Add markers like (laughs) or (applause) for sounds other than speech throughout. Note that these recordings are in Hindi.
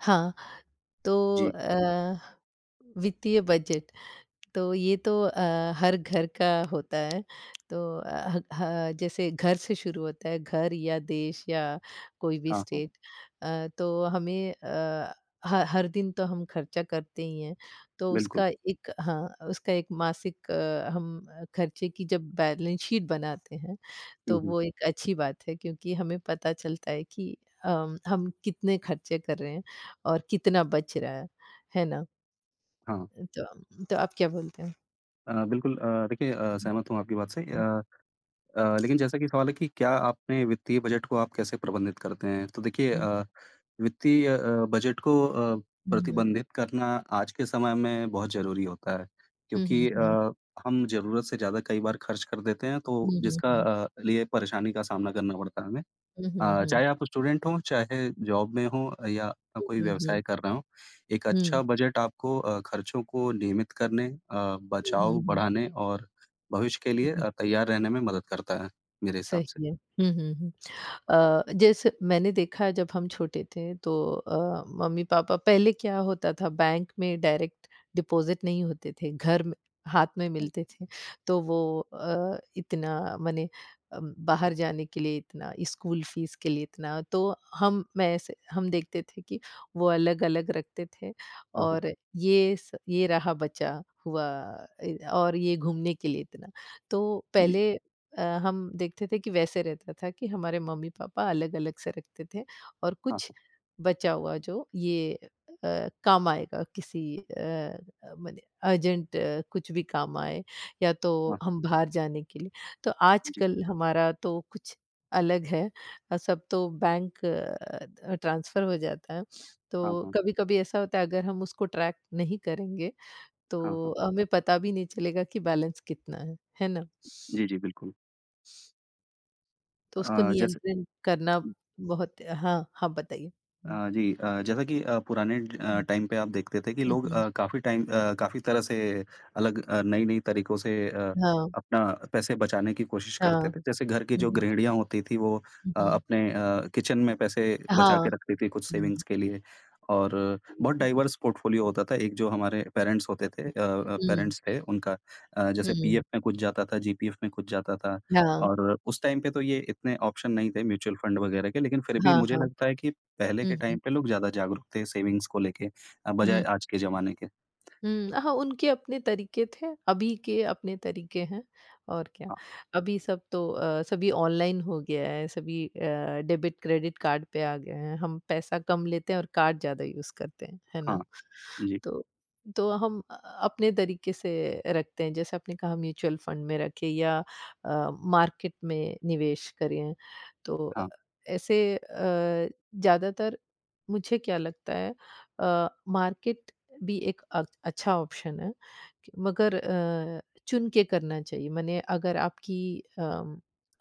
हाँ, तो जी, वित्तीय बजट तो ये तो हर घर का होता है। तो अ, ह ह- जैसे घर से शुरू होता है, घर या देश या कोई भी हाँ, हाँ, स्टेट। तो हमें अ, ह हर दिन तो हम खर्चा करते ही हैं। तो बिल्कुल। उसका एक, हाँ, उसका एक मासिक हम खर्चे की जब बैलेंस शीट बनाते हैं तो हुँ, हुँ, वो एक अच्छी बात है क्योंकि हमें पता चलता है कि हम कितने खर्चे कर रहे हैं और कितना बच रहा है ना? हाँ। तो आप क्या बोलते हैं? बिल्कुल। देखिए, सहमत हूँ आपकी बात से। हुँ, लेकिन जैसा कि सवाल है कि क्या आपने वित्तीय बजट को आप कैसे प्रबंधित करते हैं? तो देखिए, हुँ, वित्तीय बजट को हुँ, हुँ, प्रतिबंधित करना आज के समय में बहुत ज़रूरी होता है, हुँ, हुँ, क्योंकि हुँ, हम ज़रूरत से ज़्यादा कई बार खर्च कर देते हैं, तो हुँ, जिसका हुँ, लिए परेशानी का सामना करना पड़ता है हमें। हुँ, हुँ, हुँ, हुँ, चाहे आप स्टूडेंट हों, चाहे जॉब में हों या अपना हुँ, कोई हुँ, हुँ, व्यवसाय कर रहे हों, एक अच्छा बजट आपको खर्चों को नियमित करने, हुँ, हुँ, बचाव हुँ, बढ़ाने और भविष्य के लिए हुँ, तैयार रहने में मदद करता है, मेरे हिसाब से। सही है। हुँ, हुँ, हुँ। जैसे मैंने देखा है जब हम छोटे थे तो मम्मी-पापा पहले क्या होता था बैंक में डायरेक्ट डिपॉज़िट नहीं होते थे, घर में हाथ में हुँ, मिलते थे। तो वो इतना माने बाहर जाने के लिए इतना, स्कूल फ़ीस के लिए इतना, तो हम मैं ऐसे हम देखते थे कि वो अलग-अलग रखते थे हाँ, हाँ। और ये रहा बचा हुआ, ए और ये घूमने के लिए इतना। तो जी। पहले हम देखते थे कि वैसे रहता था कि हमारे मम्मी-पापा अलग-अलग से रखते थे और हाँ, कुछ हाँ। बचा हुआ जो ये काम आएगा किसी, मने अर्जेंट कुछ भी काम आए या तो हाँ, हाँ। हम बाहर जाने के लिए। तो जी। आजकल हमारा तो कुछ अलग है। सब तो बैंक ट्रांसफ़र हो जाता है। तो हाँ, हाँ। कभी-कभी ऐसा होता है अगर हम उसको ट्रैक नहीं करेंगे तो हाँ, हाँ। हमें पता भी नहीं चलेगा कि बैलेंस कितना है ना? जी, जी, बिल्कुल। तो उसको अ, जैसे नियंत्रण करना बहुत, हाँ, हाँ, बताइए? हुँ। जी, जैसा कि पुराने हुँ, टाइम पे आप देखते थे कि हुँ, लोग हुँ। काफ़ी टाइम, काफ़ी तरह से अलग, नई-नई तरीकों से हाँ, अपना पैसे बचाने की कोशिश हाँ। करते थे। जैसे घर की हुँ, जो हुँ, गृहिणियाँ होती थी वो हुँ, हुँ। अपने किचन में पैसे बचा हाँ। के रखती थी कुछ हुँ, हुँ, सेविंग्स के लिए, और बहुत डाइवर्स पोर्टफोलियो होता था। एक जो हमारे पेरेंट्स होते थे अ अ, हुँ, पेरेंट्स थे उनका, जैसे हुँ, पीएफ में कुछ जाता था, जीपीएफ में कुछ जाता था, हाँ, और उस टाइम पे तो ये इतने ऑप्शन नहीं थे म्यूचुअल फंड वगैरह के, लेकिन फिर भी हाँ, मुझे हाँ। लगता है कि पहले हुँ, के हुँ, टाइम पे लोग ज़्यादा जागरूक थे सेविंग्स को लेके, बजाय हुँ। आज के ज़माने के। हुँ, हाँ, उनके अपने तरीके थे, अभी के अपने तरीके हैं और क्या। हाँ, अभी सब तो सभी ऑनलाइन हो गया है, सभी डेबिट क्रेडिट कार्ड पे आ गए हैं। हम पैसा कम लेते हैं और कार्ड ज़्यादा यूज़ करते हैं, है हाँ, ना? जी, तो तो हम अपने तरीके से रखते हैं, जैसे आपने कहा म्यूचुअल फंड में रखें या अ, मार्केट में निवेश करें। तो हाँ, ऐसे ज़्यादातर मुझे क्या लगता है, अ, मार्केट भी एक अच्छा ऑप्शन है कि, मगर चुन के करना चाहिए। माने अगर अम,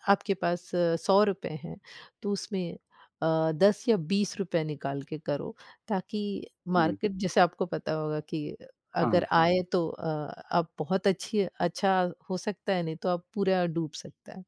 आपके पास 100 रुपए हैं तो उसमें 10 या 20 रुपए निकाल के करो ताकि जी, मार्केट जैसे आपको पता होगा कि हाँ, अगर हाँ, आए तो आप बहुत अच्छी अच्छा हो सकता है, नहीं तो आप पूरा डूब सकता है।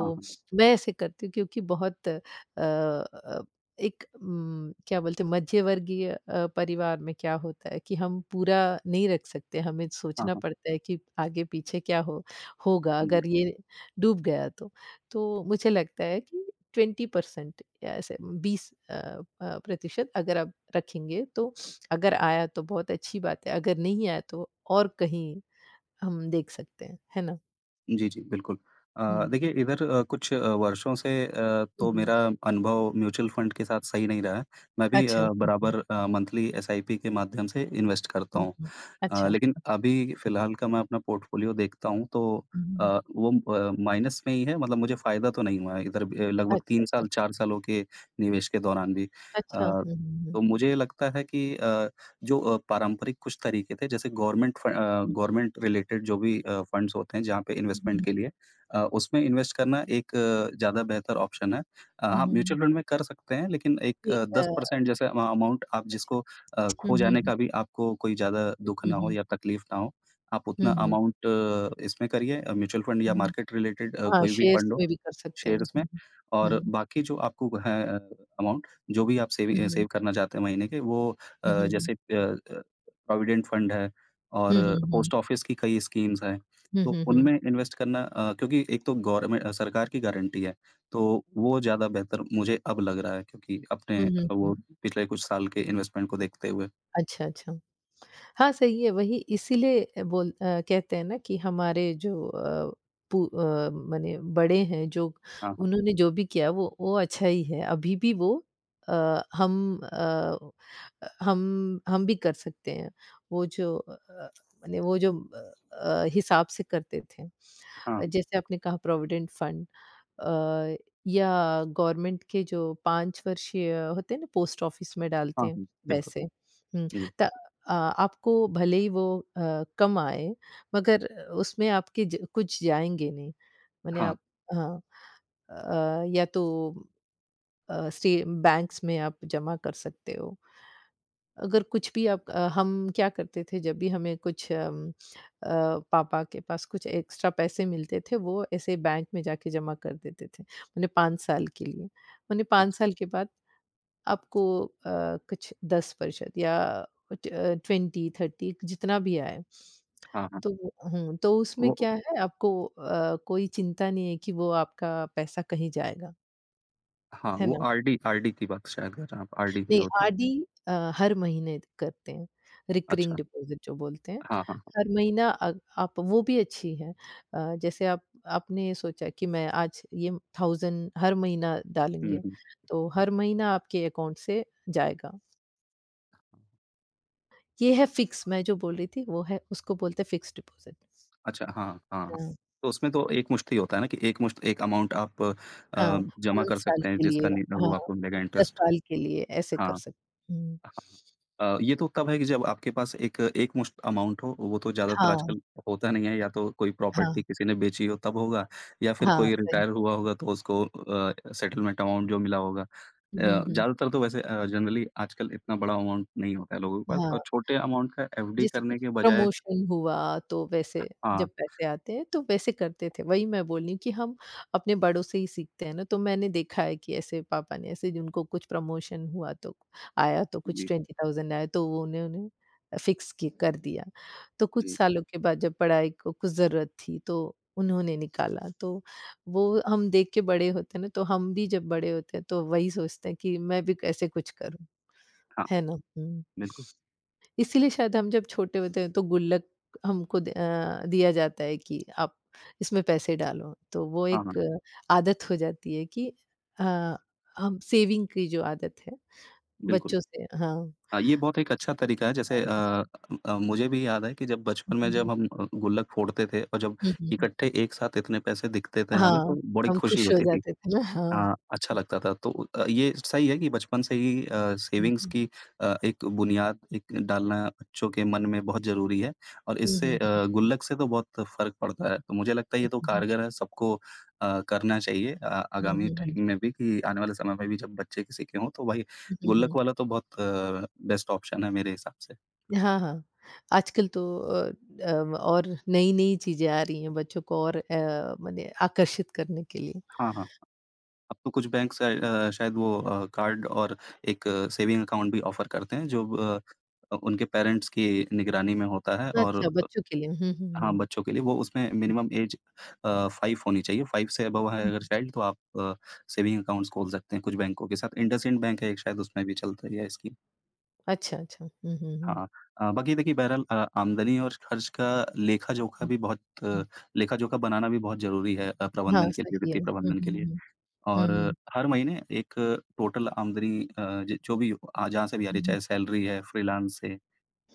हाँ, मैं ऐसे करती हूँ क्योंकि बहुत अ, एक क्या बोलते हैं मध्यवर्गीय परिवार में क्या होता है कि हम पूरा नहीं रख सकते। हमें हाँ, सोचना हाँ, पड़ता है कि आगे पीछे क्या हो होगा हुँ। अगर ये डूब गया तो। तो मुझे लगता है कि 20% या ऐसे 20 प्रतिशत अगर आप रखेंगे तो अगर आया तो बहुत अच्छी बात है, अगर नहीं आया तो और कहीं हम देख सकते हैं, है ना? जी, जी, बिल्कुल। अ, हुँ। देखिए इधर कुछ वर्षों से हुँ, तो हुँ। मेरा अनुभव म्यूचुअल फ़ंड के साथ सही नहीं रहा है। मैं भी अच्छा। हुँ, हुँ। बराबर मंथली एसआईपी के माध्यम से इन्वेस्ट करता हुँ, हूँ। हुँ। अच्छा। लेकिन अभी फ़िलहाल का मैं अपना पोर्टफ़ोलियो देखता हूँ तो हुँ, अ, हुँ। वो माइनस में ही है, मतलब मुझे फ़ायदा तो नहीं हुआ है इधर भी, लगभग अच्छा, 3 अच्छा। साल, 4 सालों के निवेश के दौरान भी। अच्छा। अ, हुँ, हुँ, हुँ। तो मुझे लगता है कि जो पारंपरिक कुछ तरीके थे, जैसे गवर्नमेंट रिलेटेड जो भी फंड्स होते हैं जहाँ पे हुँ, इन्वेस्टमेंट हुँ, के लिए, उसमें इन्वेस्ट करना एक ज़्यादा बेहतर ऑप्शन है। हुँ, हाँ, हुँ, हुँ। म्यूचुअल फंड में कर सकते हैं लेकिन एक जी, 10% जैसे अमाउंट आप जिसको हुँ, हुँ, खो जाने हुँ, का भी आपको कोई ज़्यादा दुःख हुँ, ना हो हुँ। या तकलीफ ना हो, आप हुँ, उतना हुँ। अमाउंट इसमें करिए, म्यूचुअल फंड या हुँ। मार्केट रिलेटेड हाँ, कोई भी शेयर्स फंड हो, में भी कर सकते हैं। शेयर्स में, हुँ, और हुँ, बाकी जो आपको है अमाउंट जो भी आप हुँ, हुँ, सेव करना चाहते हैं महीने के, वो हुँ, अ, हुँ, हुँ। जैसे अ अ, प्रोविडेंट फंड है और हुँ, हुँ, हुँ। पोस्ट ऑफिस की कई स्कीम्स हैं, हुँ, तो हुँ, हुँ। उनमें इन्वेस्ट करना, क्योंकि एक तो गवर्नमेंट सरकार की गारंटी है, तो वो ज़्यादा बेहतर मुझे अब लग रहा है, क्योंकि हुँ, अपने हुँ, वो हुँ। पिछले कुछ साल के इन्वेस्टमेंट को देखते हुए। अच्छा, अच्छा। हाँ, सही है। वही इसीलिए कहते हैं ना कि हमारे जो, पू अ, माने बड़े हैं जो हाँ, हाँ। उन्होंने जो भी किया वो अच्छा ही है। अभी भी वो अ, हम भी कर सकते हैं। वो जो अ अ, माने वो जो अ अ, हिसाब से करते थे। हाँ, जैसे आपने कहा प्रोविडेंट फंड, अ, या गवर्नमेंट के जो 5 वर्षीय होते हैं ना पोस्ट ऑफिस में डालते हाँ, हैं हाँ। बिल्कुल, पैसे। हुँ, जी। त आपको भले ही वो अ, कम आए मगर उसमें आपके ज कुछ जाएँगे नहीं। माने हाँ, आप, हाँ, या तो अ, स्टे बैंक्स में आप जमा कर सकते हो। अगर कुछ भी आप, हम क्या करते थे जब भी हमें कुछ, पापा के पास कुछ एक्स्ट्रा पैसे मिलते थे वो ऐसे बैंक में जाके जमा कर देते थे। मैंने 5 साल के लिए, मैंने 5 अच्छा। साल के बाद आपको कुछ 10% या कुछ, 20-30 जितना भी आए हाँ, हाँ। तो, हुँ, तो उसमें वो क्या है आपको कोई चिंता नहीं है कि वो आपका पैसा कहीं जाएगा, हाँ, है वो ना? आरडी आरडी की बात शायद कर रहे हैं आप, आरडी की जो नहीं, होती है। आरडी अ, हर महीने करते हैं, रिकरिंग अच्छा। डिपॉज़िट जो बोलते हैं। हाँ, हाँ, हाँ। हर महीना आप वो भी अच्छी है। जैसे आप आपने सोचा कि मैं आज ये 1000 हर महीना हुँ, डालेंगे, हुँ। तो हर महीना आपके अकाउंट से जाएगा। ये है फिक्स मैं जो बोल रही थी, वो है उसको बोलते हैं फिक्स्ड डिपॉज़िट। अच्छा, हाँ, हाँ, हाँ। हाँ, तो उसमें तो एक मुश्त ही होता है ना, कि एक मुश्त एक अमाउंट आप हाँ, जमा 5 कर साल सकते हैं के लिए, जिसका नि वो हाँ, आपको मिलेगा 10 इंटरेस्ट। साल के लिए ऐसे हाँ, कर हाँ। सकते हुँ। हाँ। ये तो तब है कि जब आपके पास एक एक मुश्त अमाउंट हो, वो तो ज़्यादातर हाँ, आजकल होता नहीं है, या तो कोई हाँ, प्रॉपर्टी किसी ने बेची हो तब होगा, या फिर हाँ, कोई सही। रिटायर हुआ होगा तो उसको सेटलमेंट अमाउंट जो मिला होगा। हुँ, हुँ, ज़्यादातर तो वैसे जनरली आजकल इतना बड़ा अमाउंट नहीं होता है लोगों के पास, हाँ। और छोटे अमाउंट का एफडी जैसे कुछ करने के बजाय प्रमोशन हुआ तो वैसे हाँ, जब पैसे आते हैं तो वैसे करते थे। वही मैं बोल रही हूँ कि हम अपने बड़ों से ही सीखते हैं ना, तो मैंने देखा है कि ऐसे पापा ने, ऐसे जिनको कुछ प्रमोशन हुआ तो आया तो कुछ जी, 20,000 आया तो वो उन्होंने फिक्स की कर दिया। तो कुछ जी। सालों के बाद जब पढ़ाई को कुछ ज़रूरत थी तो उन्होंने निकाला। तो वो हम देख के बड़े होते हैं ना, तो हम भी जब बड़े होते हैं तो वही सोचते हैं कि मैं भी ऐसे कुछ करूँ। हाँ। है ना? हुँ। बिल्कुल। इसीलिए शायद हम जब छोटे होते हैं तो गुल्लक हमको दिया जाता है कि आप इसमें पैसे डालो। तो वो हाँ, हाँ, एक आदत हो जाती है कि अ, हम सेविंग की जो आदत है बिल्कुल। बच्चों से, हाँ, ये बहुत एक अच्छा तरीका है जैसे हाँ। मुझे भी याद है कि जब हुँ, बचपन में हुँ, हुँ। जब हम गुल्लक फोड़ते थे, और जब हुँ, हुँ, हुँ। इकट्ठे एक साथ इतने पैसे दिखते थे हमें हाँ, तो बड़ी हम खुशी खुश हो होती थी। जाते थे ना, हाँ। हाँ, अच्छा हुँ, लगता था। तो ये सही है कि बचपन से ही हुँ, सेविंग्स हुँ। की एक बुनियाद एक डालना बच्चों के मन में बहुत ज़रूरी है, और हुँ, इससे हुँ, गुल्लक से तो बहुत फ़र्क पड़ता है। तो मुझे लगता है ये तो हुँ, हुँ। कारगर है, सबको करना चाहिए हुँ, आगामी हुँ, हुँ। टाइम में भी, कि आने वाले समय में भी जब बच्चे किसी के हों तो भाई हुँ, हुँ, गुल्लक हुँ। वाला तो बहुत बेस्ट ऑप्शन है मेरे हिसाब से। हाँ, हाँ। आजकल तो और नई-नई चीज़ें आ रही हैं बच्चों को, और माने आकर्षित करने के लिए। हाँ, हाँ। अब तो कुछ शायद वो कार्ड और एक सेविंग अकाउंट भी ऑफ़र करते हैं जो उनके पेरेंट्स की निगरानी में होता है, और अच्छा, बच्चों के लिए। हुँ, हुँ, हाँ, हुँ। बच्चों के लिए वो उसमें मिनिमम ऐज 5 होनी चाहिए, 5 से अबव है अगर हुँ। चाइल्ड तो आप सेविंग अकाउंट्स खोल सकते हैं कुछ बैंकों के साथ। इंडसइंड बैंक है एक, शायद उसमें भी चलता ही है इसकी। अच्छा, अच्छा। हुँ, हुँ, हुँ, हाँ, बाकी देखिए बहरहाल आमदनी और खर्च का लेखा-जोखा हुँ, भी बहुत हुँ। लेखा-जोखा बनाना भी बहुत ज़रूरी है हाँ, प्रबंधन के लिए, सही है। वित्तीय हुँ, प्रबंधन के हुँ, लिए। हुँ। और हुँ, हुँ, हर महीने एक टोटल आमदनी, अ, ज जो भी जहाँ से भी आ रही है, चाहे सैलरी है, फ्रीलांस से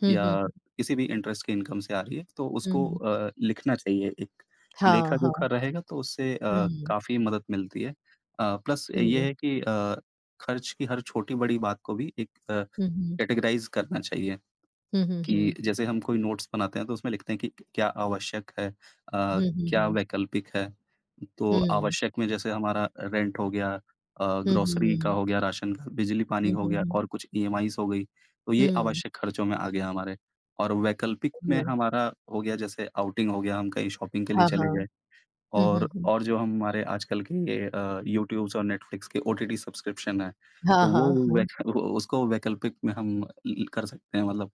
हुँ, या हुँ, किसी भी इंटरेस्ट की इनकम से आ रही है, तो हुँ, उसको हुँ। लिखना चाहिए। एक हाँ, हाँ। लेखा-जोखा रहेगा तो उससे हुँ, काफ़ी मदद मिलती है। प्लस सही ये है। है कि खर्च की हर छोटी-बड़ी बात को भी एक हुँ, हुँ। कैटेगराइज़ करना चाहिए। हुँ, हुँ, कि हुँ। जैसे हम कोई नोट्स बनाते हैं तो उसमें लिखते हैं कि क्या आवश्यक है, अ, हुँ, हुँ, क्या हुँ। वैकल्पिक है। तो हुँ। आवश्यक में जैसे हमारा रेंट हो गया, हुँ, हुँ, ग्रोसरी का हुँ। हो गया, राशन का, बिजली-पानी हुँ, हो हुँ, गया हुँ। और कुछ ईएमआईज़ हो गई, तो ये हुँ, आवश्यक खर्चों में आ गया हमारे। और वैकल्पिक सही में है। हमारा हो गया जैसे आउटिंग हो गया, हम कहीं शॉपिंग के लिए हाँ, चले हाँ। गए, हुँ, हुँ, और हुँ। जो हमारे आजकल के ये यूट्यूब्स और नेटफ्लिक्स के ओटीटी सब्सक्रिप्शन हैं, हाँ, तो वो हाँ, हाँ। उसको वैकल्पिक में हम ल कर सकते हैं मतलब।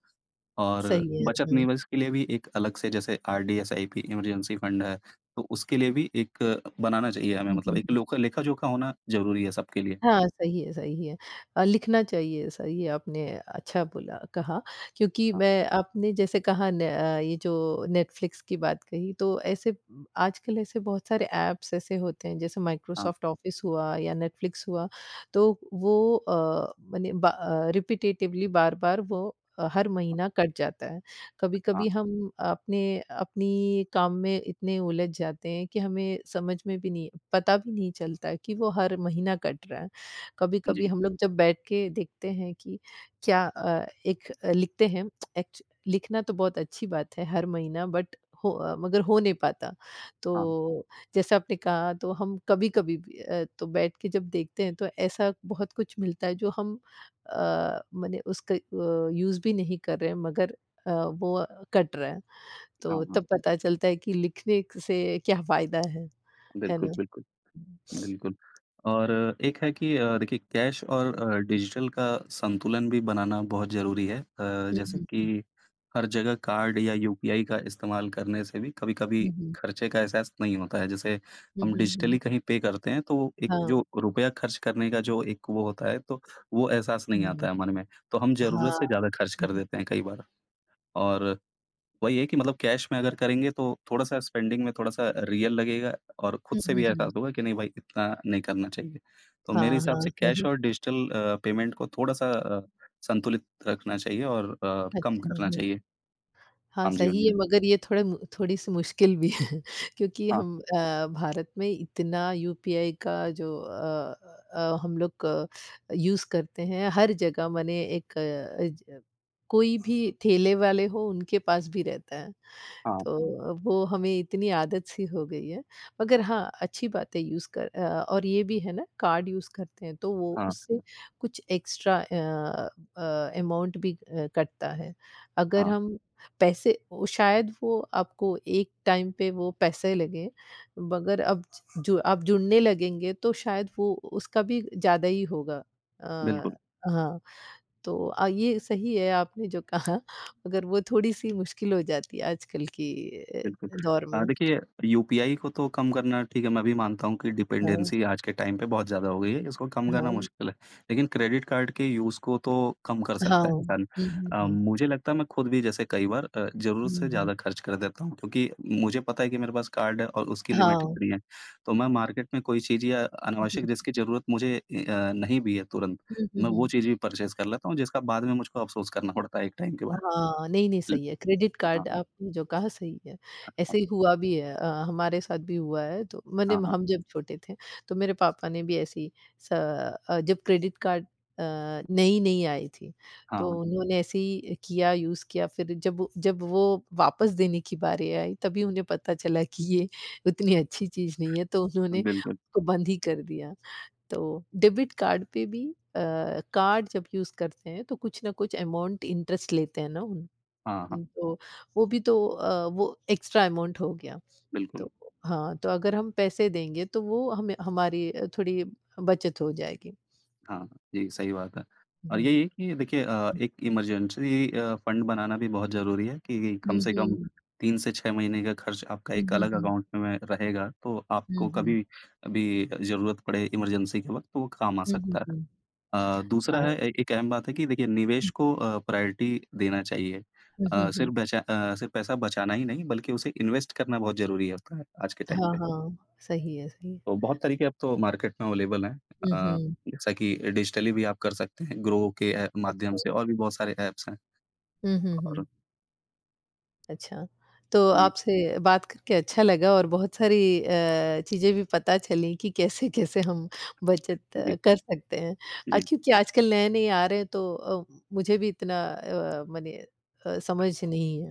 और सही है। बचत हुँ। निवेश के लिए भी एक अलग से, जैसे आरडी, एसआईपी, इमरजेंसी फंड है, तो उसके लिए भी एक बनाना चाहिए हमें, हुँ, मतलब एक हुँ। लोका लेखा-जोखा होना ज़रूरी है सबके लिए। हाँ, सही है, सही है। लिखना चाहिए, सही है। आपने अच्छा बोला कहा क्योंकि हाँ, मैं, आपने जैसे कहा न, ये जो नेटफ्लिक्स की बात कही तो ऐसे, आजकल ऐसे बहुत सारे ऐप्स ऐसे होते हैं जैसे हाँ, माइक्रोसॉफ्ट ऑफ़िस हुआ या नेटफ्लिक्स हुआ तो वो, रिपिटेटिवली बार-बार वो हर हाँ, महीना कट जाता है। कभी-कभी हाँ। हम अपने अपनी काम में इतने उलझ जाते हैं कि हमें समझ में भी नहीं, पता भी नहीं चलता है कि वो हर महीना कट रहा है। कभी-कभी जी। हम लोग जब बैठ के देखते हैं कि क्या, एक लिखते हैं, एक्च लिखना तो बहुत अच्छी बात है हर महीना, मगर हो नहीं पाता। हाँ, तो जैसा आपने कहा तो हम कभी-कभी भी, तो बैठ के जब देखते हैं तो ऐसा बहुत कुछ मिलता है जो हम, अ, माने उसका यूज़ भी नहीं कर रहे हैं मगर वो कट रहा है। हाँ, तो हाँ। तब पता चलता है कि लिखने क से क्या फ़ायदा है बिल्कुल, ना? बिल्कुल। बिल्कुल। और एक है कि देखिए कैश और डिजिटल का संतुलन भी बनाना बहुत ज़रूरी है। हुँ, जैसे हुँ। कि हर जगह कार्ड या यूपीआई का इस्तेमाल करने से भी कभी-कभी हुँ, हुँ। खर्चे का एहसास नहीं होता है। जैसे हुँ, हम हुँ, हुँ। डिजिटली कहीं पे करते हैं तो एक हाँ, जो रुपया खर्च करने का जो एक वो होता है, तो वो एहसास नहीं हुँ। आता है मन में। तो हम ज़रूरत हाँ। से ज़्यादा खर्च कर हुँ, देते हैं कई बार, और वही है कि मतलब कैश में अगर करेंगे तो थोड़ा-सा स्पेंडिंग में थोड़ा-सा रियल लगेगा, और खुद हुँ, से हुँ, भी हुँ। एहसास होगा कि नहीं भाई इतना नहीं करना चाहिए। तो मेरे हाँ, हिसाब हाँ, से कैश सही, और डिजिटल पेमेंट को थोड़ा-सा संतुलित रखना चाहिए और कम अच्छा, करना हुँ। चाहिए हाँ, आम जीवन सही में। है, मगर ये थोड़ा मु थोड़ी-सी मुश्किल भी है (laughs) क्योंकि हाँ, हम भारत में इतना यूपीआई का जो अ हम लोग यूज़ करते हैं हर जगह, माने एक, अ, ज कोई भी ठेले वाले हो उनके पास भी रहता है। हाँ, तो वो हमें इतनी आदत सी हो गई है। मगर हाँ, अच्छी बात है यूज़ कर, और ये भी है ना कार्ड यूज़ करते हैं तो वो हाँ, उससे कुछ एक्स्ट्रा अमाउंट भी कटता है। अगर हाँ, हम पैसे, वो शायद वो आपको एक टाइम पे वो पैसे लगे, मगर अब जो आप जुड़ने लगेंगे तो शायद वो उसका भी ज़्यादा ही होगा। बिल्कुल। अ, हाँ। तो ये सही है आपने जो कहा, मगर वो थोड़ी-सी मुश्किल हो जाती है आजकल की अ, बिल्कुल। दौर में। देखिए यूपीआई को तो कम करना ठीक है, मैं भी मानता हूँ कि हाँ, डिपेंडेंसी आज के टाइम पे बहुत ज़्यादा हो गई है, इसको कम करना हाँ, मुश्किल है। लेकिन क्रेडिट कार्ड के यूज़ को तो कम कर हाँ। सकता है हुँ, इंसान। हुँ, हुँ। मुझे लगता है मैं खुद भी जैसे कई बार ज़रूरत हुँ, से हुँ। ज़्यादा खर्च कर देता हूँ क्योंकि मुझे पता है कि मेरे पास कार्ड है और उसकी लिमिट हाँ। इतनी है। तो मैं मार्केट में कोई चीज़ या हुँ, अनावश्यक जिसकी ज़रूरत मुझे नहीं भी है तुरंत, हुँ, हुँ, मैं वो हुँ। चीज़ भी परचेज़ कर लेता हूँ जिसका बाद में मुझको अफ़सोस करना पड़ता है एक टाइम के बाद। हाँ, नहीं, नहीं, ल सही है। क्रेडिट हाँ, कार्ड हाँ, आपने जो कहा सही है। हाँ, ऐसे ही हुआ भी है, हमारे साथ भी हुआ है तो मैंने हाँ, हाँ। हम जब छोटे थे तो मेरे पापा ने भी, स जब क्रेडिट कार्ड अ, नई-नई आई थी तो हाँ। उन्होंने ऐसे ही किया, यूज़ किया, फिर जब वो वापस देने की बारी आई तभी उन्हें पता चला कि ये उतनी अच्छी चीज़ नहीं है तो उन्होंने बिल्कुल। उसको बंद ही कर दिया। तो डेबिट कार्ड पे भी कार्ड जब यूज़ करते हैं तो कुछ ना कुछ अमाउंट इंटरेस्ट लेते हैं ना उन, हाँ, हाँ। तो वो भी तो, वो एक्स्ट्रा अमाउंट हो गया। बिल्कुल, तो हाँ, तो अगर हम पैसे देंगे तो वो हमें हमारी थोड़ी बचत हो जाएगी। हाँ, हाँ, जी, सही बात है। और हुँ। यही है कि देखिए एक इमरजेंसी फ़ंड बनाना भी बहुत ज़रूरी है कि कम हुँ, से कम हुँ। 3 से 6 महीने का खर्च आपका हुँ, एक हुँ, अलग हुँ। अकाउंट में रहेगा, तो हुँ, आपको कभी हुँ। भी ज़रूरत पड़े इमरजेंसी के वक़्त, तो वो काम आ हुँ, हुँ, सकता है। हुँ। दूसरा हाँ। है ए एक अहम बात है कि देखिए हुँ, निवेश हुँ। को प्रायोरिटी देना चाहिए। हुँ, हुँ, हुँ। सिर्फ पैसा बचाना ही नहीं, बल्कि उसे इन्वेस्ट करना बहुत ज़रूरी होता है आज के हाँ, टाइम में। हाँ। सही है, सही है। तो बहुत तरीके अब तो मार्केट में अवेलेबल हैं। हुँ, अ, हुँ। जैसा कि डिजिटली भी आप कर सकते हैं, ग्रो के ऐ अच्छा। माध्यम से और भी बहुत सारे ऐप्स हैं, हुँ, हुँ, हुँ। और अच्छा, तो जी, आपसे बात करके अच्छा लगा और बहुत सारी चीज़ें भी पता चली कि कैसे-कैसे हम बचत जी, कर सकते हैं। जी, क्योंकि आजकल नए-नए आ रहे हैं तो मुझे भी इतना, मने समझ नहीं है।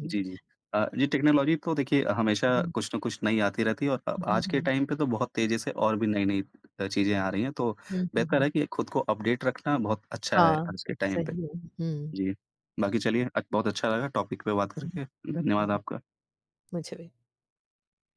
हुँ, जी, जी। जी, टेक्नोलॉजी तो देखिए हमेशा कुछ न कुछ नई आती रहती है, और हुँ, हुँ, आज के हुँ, टाइम पे तो बहुत तेज़ी से और भी नई-नई चीज़ें आ रही हैं, तो हुँ, हुँ, बेहतर हुँ। है कि खुद को अपडेट रखना बहुत अच्छा है हाँ, आज के टाइम पे। सही है। हुँ, जी, बाकी चलिए बहुत अच्छा लगा टॉपिक पे बात हुँ, करके। धन्यवाद हुँ, आपका। मुझे भी।